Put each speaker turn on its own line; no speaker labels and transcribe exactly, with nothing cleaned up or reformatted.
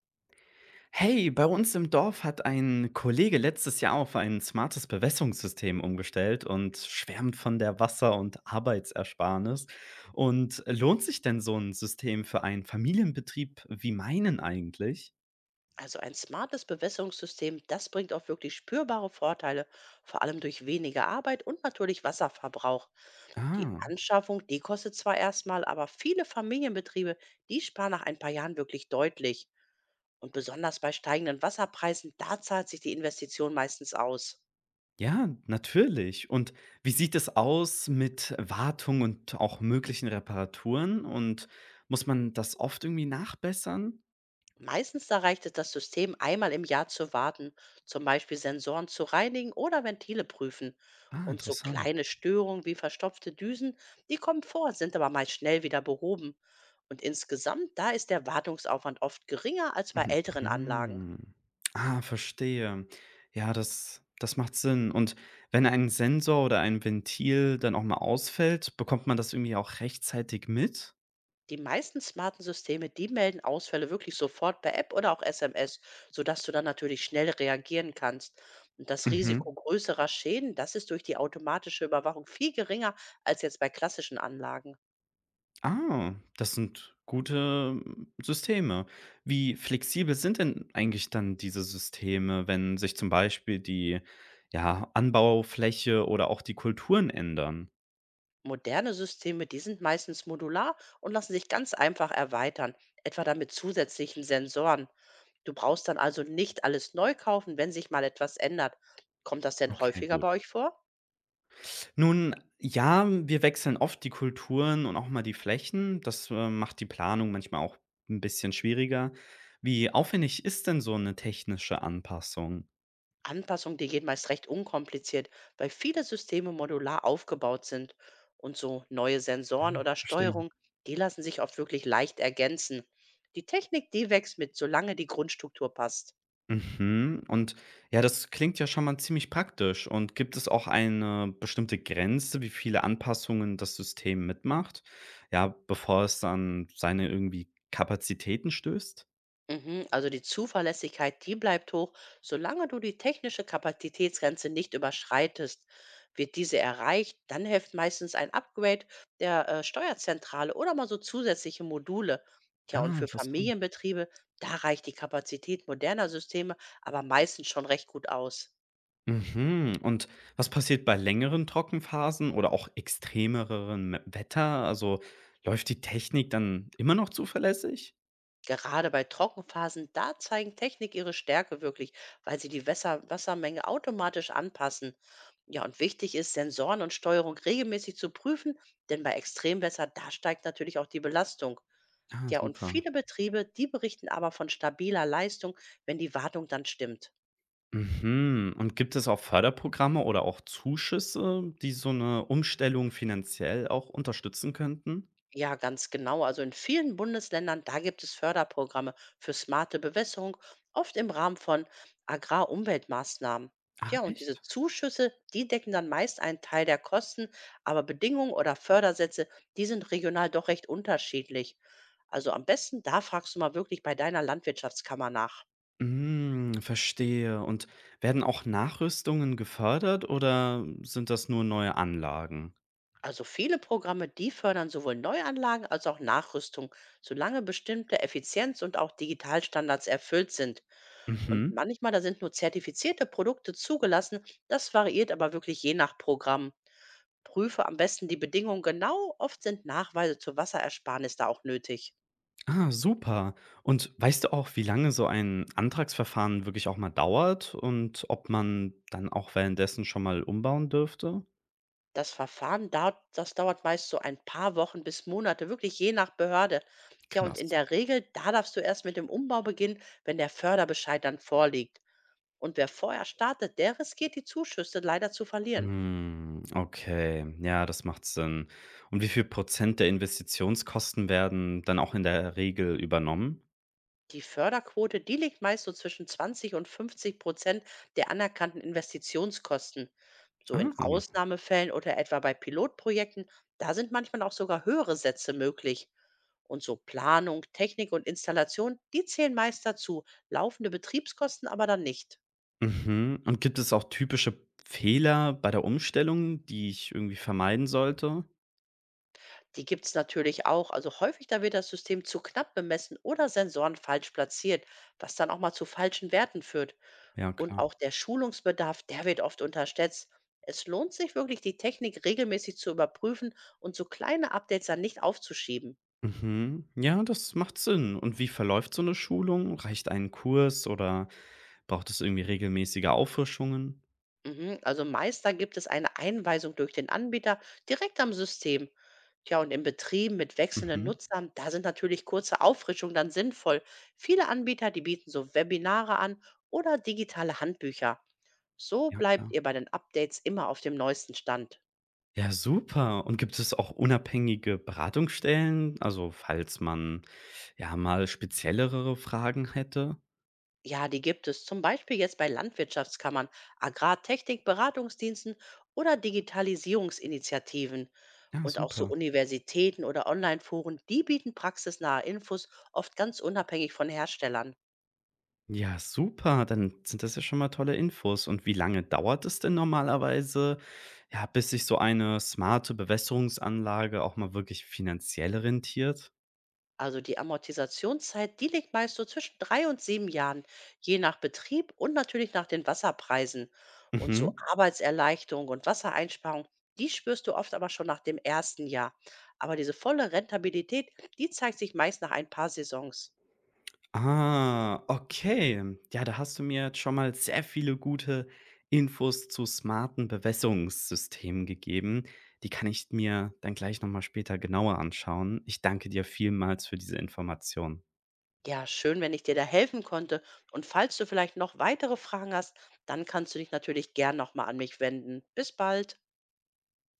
Hey, bei uns im Dorf hat ein Kollege letztes Jahr auf ein smartes Bewässerungssystem umgestellt und schwärmt von der Wasser- und Arbeitsersparnis. Und lohnt sich denn so ein System für einen Familienbetrieb wie meinen eigentlich?
Also ein smartes Bewässerungssystem, das bringt auch wirklich spürbare Vorteile, vor allem durch weniger Arbeit und natürlich Wasserverbrauch. Die
Ah,
Anschaffung, die kostet zwar erstmal, aber viele Familienbetriebe, die sparen nach ein paar Jahren wirklich deutlich. Und besonders bei steigenden Wasserpreisen, da zahlt sich die Investition meistens aus.
ja, natürlich. Und wie sieht es aus mit Wartung und auch möglichen Reparaturen? Und muss man das oft irgendwie nachbessern?
Meistens da reicht es, das System einmal im Jahr zu warten, zum Beispiel Sensoren zu reinigen oder Ventile prüfen.
Ah,
Und so
interessant.
kleine Störungen wie verstopfte Düsen, die kommen vor, sind aber meist schnell wieder behoben. Und insgesamt, da ist der Wartungsaufwand oft geringer als bei
Mhm,
älteren Anlagen.
mhm. Ah, verstehe. Ja, das das macht Sinn. Und wenn ein Sensor oder ein Ventil dann auch mal ausfällt, bekommt man das irgendwie auch rechtzeitig mit?
Die meisten smarten Systeme, die melden Ausfälle wirklich sofort per App oder auch S M S, sodass du dann natürlich schnell reagieren kannst. Und das
Mhm.
Risiko größerer Schäden, das ist durch die automatische Überwachung viel geringer als jetzt bei klassischen Anlagen.
Ah, das sind gute mm, Systeme. Wie flexibel sind denn eigentlich dann diese Systeme, wenn sich zum Beispiel die, ja, Anbaufläche oder auch die Kulturen ändern?
Moderne Systeme, die sind meistens modular und lassen sich ganz einfach erweitern, etwa dann mit zusätzlichen Sensoren. Du brauchst dann also nicht alles neu kaufen, wenn sich mal etwas ändert. Kommt das denn
Okay,
häufiger
gut.
bei euch vor?
Nun ja, wir wechseln oft die Kulturen und auch mal die Flächen. Das, äh, macht die Planung manchmal auch ein bisschen schwieriger. Wie aufwendig ist denn so eine technische Anpassung?
Anpassungen, die gehen meist recht unkompliziert, weil viele Systeme modular aufgebaut sind und so neue Sensoren oder
Verstehe.
Steuerung, die lassen sich oft wirklich leicht ergänzen. Die Technik, die wächst mit, solange die Grundstruktur passt.
Mhm, und ja, das klingt ja schon mal ziemlich praktisch. Und gibt es auch eine bestimmte Grenze, wie viele Anpassungen das System mitmacht, ja, bevor es dann seine irgendwie Kapazitäten stößt?
Mhm. Also die Zuverlässigkeit, die bleibt hoch, solange du die technische Kapazitätsgrenze nicht überschreitest. Wird diese erreicht, dann hilft meistens ein Upgrade der äh, Steuerzentrale oder mal so zusätzliche Module. Tja, und
Ah,
für
interessant.
Familienbetriebe, da reicht die Kapazität moderner Systeme aber meistens schon recht gut aus.
Mhm. Und was passiert bei längeren Trockenphasen oder auch extremereren Wetter? Also läuft die Technik dann immer noch zuverlässig?
Gerade bei Trockenphasen, da zeigen Technik ihre Stärke wirklich, weil sie die Wässer Wassermenge automatisch anpassen. Ja, und wichtig ist, Sensoren und Steuerung regelmäßig zu prüfen, denn bei Extremwetter, da steigt natürlich auch die Belastung.
Ah,
Ja, und
super.
viele Betriebe, die berichten aber von stabiler Leistung, wenn die Wartung dann stimmt.
Mhm. Und gibt es auch Förderprogramme oder auch Zuschüsse, die so eine Umstellung finanziell auch unterstützen könnten?
Ja, ganz genau. Also in vielen Bundesländern, da gibt es Förderprogramme für smarte Bewässerung, oft im Rahmen von Agrarumweltmaßnahmen.
Ah,
Tja, und diese
echt?
Zuschüsse, die decken dann meist einen Teil der Kosten, aber Bedingungen oder Fördersätze, die sind regional doch recht unterschiedlich. Also am besten, da fragst du mal wirklich bei deiner Landwirtschaftskammer nach.
Mm, verstehe. Und werden auch Nachrüstungen gefördert oder sind das nur neue Anlagen?
Also viele Programme, die fördern sowohl Neuanlagen als auch Nachrüstung, solange bestimmte Effizienz- und auch Digitalstandards erfüllt sind. Und
Mhm.
manchmal, da sind nur zertifizierte Produkte zugelassen. Das variiert aber wirklich je nach Programm. Prüfe am besten die Bedingungen genau. Oft sind Nachweise zur Wasserersparnis da auch nötig.
Ah, super. Und weißt du auch, wie lange so ein Antragsverfahren wirklich auch mal dauert und ob man dann auch währenddessen schon mal umbauen dürfte?
Das Verfahren dauert, das dauert meist so ein paar Wochen bis Monate, wirklich je nach Behörde. Tja, und in
Krass.
der Regel, da darfst du erst mit dem Umbau beginnen, wenn der Förderbescheid dann vorliegt. Und wer vorher startet, der riskiert die Zuschüsse leider zu verlieren.
Hm, okay, ja, das macht Sinn. Und wie viel Prozent der Investitionskosten werden dann auch in der Regel übernommen?
Die Förderquote, die liegt meist so zwischen zwanzig und fünfzig Prozent der anerkannten Investitionskosten. So in
Ah,
Ausnahmefällen oder etwa bei Pilotprojekten, da sind manchmal auch sogar höhere Sätze möglich. Und so Planung, Technik und Installation, die zählen meist dazu, laufende Betriebskosten aber dann nicht.
mhm. Und gibt es auch typische Fehler bei der Umstellung, die ich irgendwie vermeiden sollte?
Die gibt es natürlich auch. Also häufig, da wird das System zu knapp bemessen oder Sensoren falsch platziert, was dann auch mal zu falschen Werten führt.
Ja,
Und
klar.
auch der Schulungsbedarf, der wird oft unterschätzt. Es lohnt sich wirklich, die Technik regelmäßig zu überprüfen und so kleine Updates dann nicht aufzuschieben.
Mhm. Ja, das macht Sinn. Und wie verläuft so eine Schulung? Reicht ein Kurs oder braucht es irgendwie regelmäßige Auffrischungen?
Mhm. Also meist da gibt es eine Einweisung durch den Anbieter direkt am System. Tja, und in Betrieben mit wechselnden
Mhm.
Nutzern, da sind natürlich kurze Auffrischungen dann sinnvoll. Viele Anbieter, die bieten so Webinare an oder digitale Handbücher. So
Ja,
bleibt
klar.
ihr bei den Updates immer auf dem neuesten Stand.
Ja, super. Und gibt es auch unabhängige Beratungsstellen? Also, falls man, ja, mal speziellere Fragen hätte?
Ja, die gibt es zum Beispiel jetzt bei Landwirtschaftskammern, Agrartechnik, Beratungsdiensten oder Digitalisierungsinitiativen.
Ja,
Und auch so
super.
Universitäten oder Online-Foren, die bieten praxisnahe Infos, oft ganz unabhängig von Herstellern.
Ja, super. Dann sind das ja schon mal tolle Infos. Und wie lange dauert es denn normalerweise, ja, bis sich so eine smarte Bewässerungsanlage auch mal wirklich finanziell rentiert?
Also die Amortisationszeit, die liegt meist so zwischen drei und sieben Jahren, je nach Betrieb und natürlich nach den Wasserpreisen. Und so
Mhm.
Arbeitserleichterung und Wassereinsparung, die spürst du oft aber schon nach dem ersten Jahr. Aber diese volle Rentabilität, die zeigt sich meist nach ein paar Saisons.
Ah, okay. Ja, da hast du mir jetzt schon mal sehr viele gute Infos zu smarten Bewässerungssystemen gegeben. Die kann ich mir dann gleich noch mal später genauer anschauen. Ich danke dir vielmals für diese Information.
Ja, schön, wenn ich dir da helfen konnte. Und falls du vielleicht noch weitere Fragen hast, dann kannst du dich natürlich gern nochmal an mich wenden. Bis bald.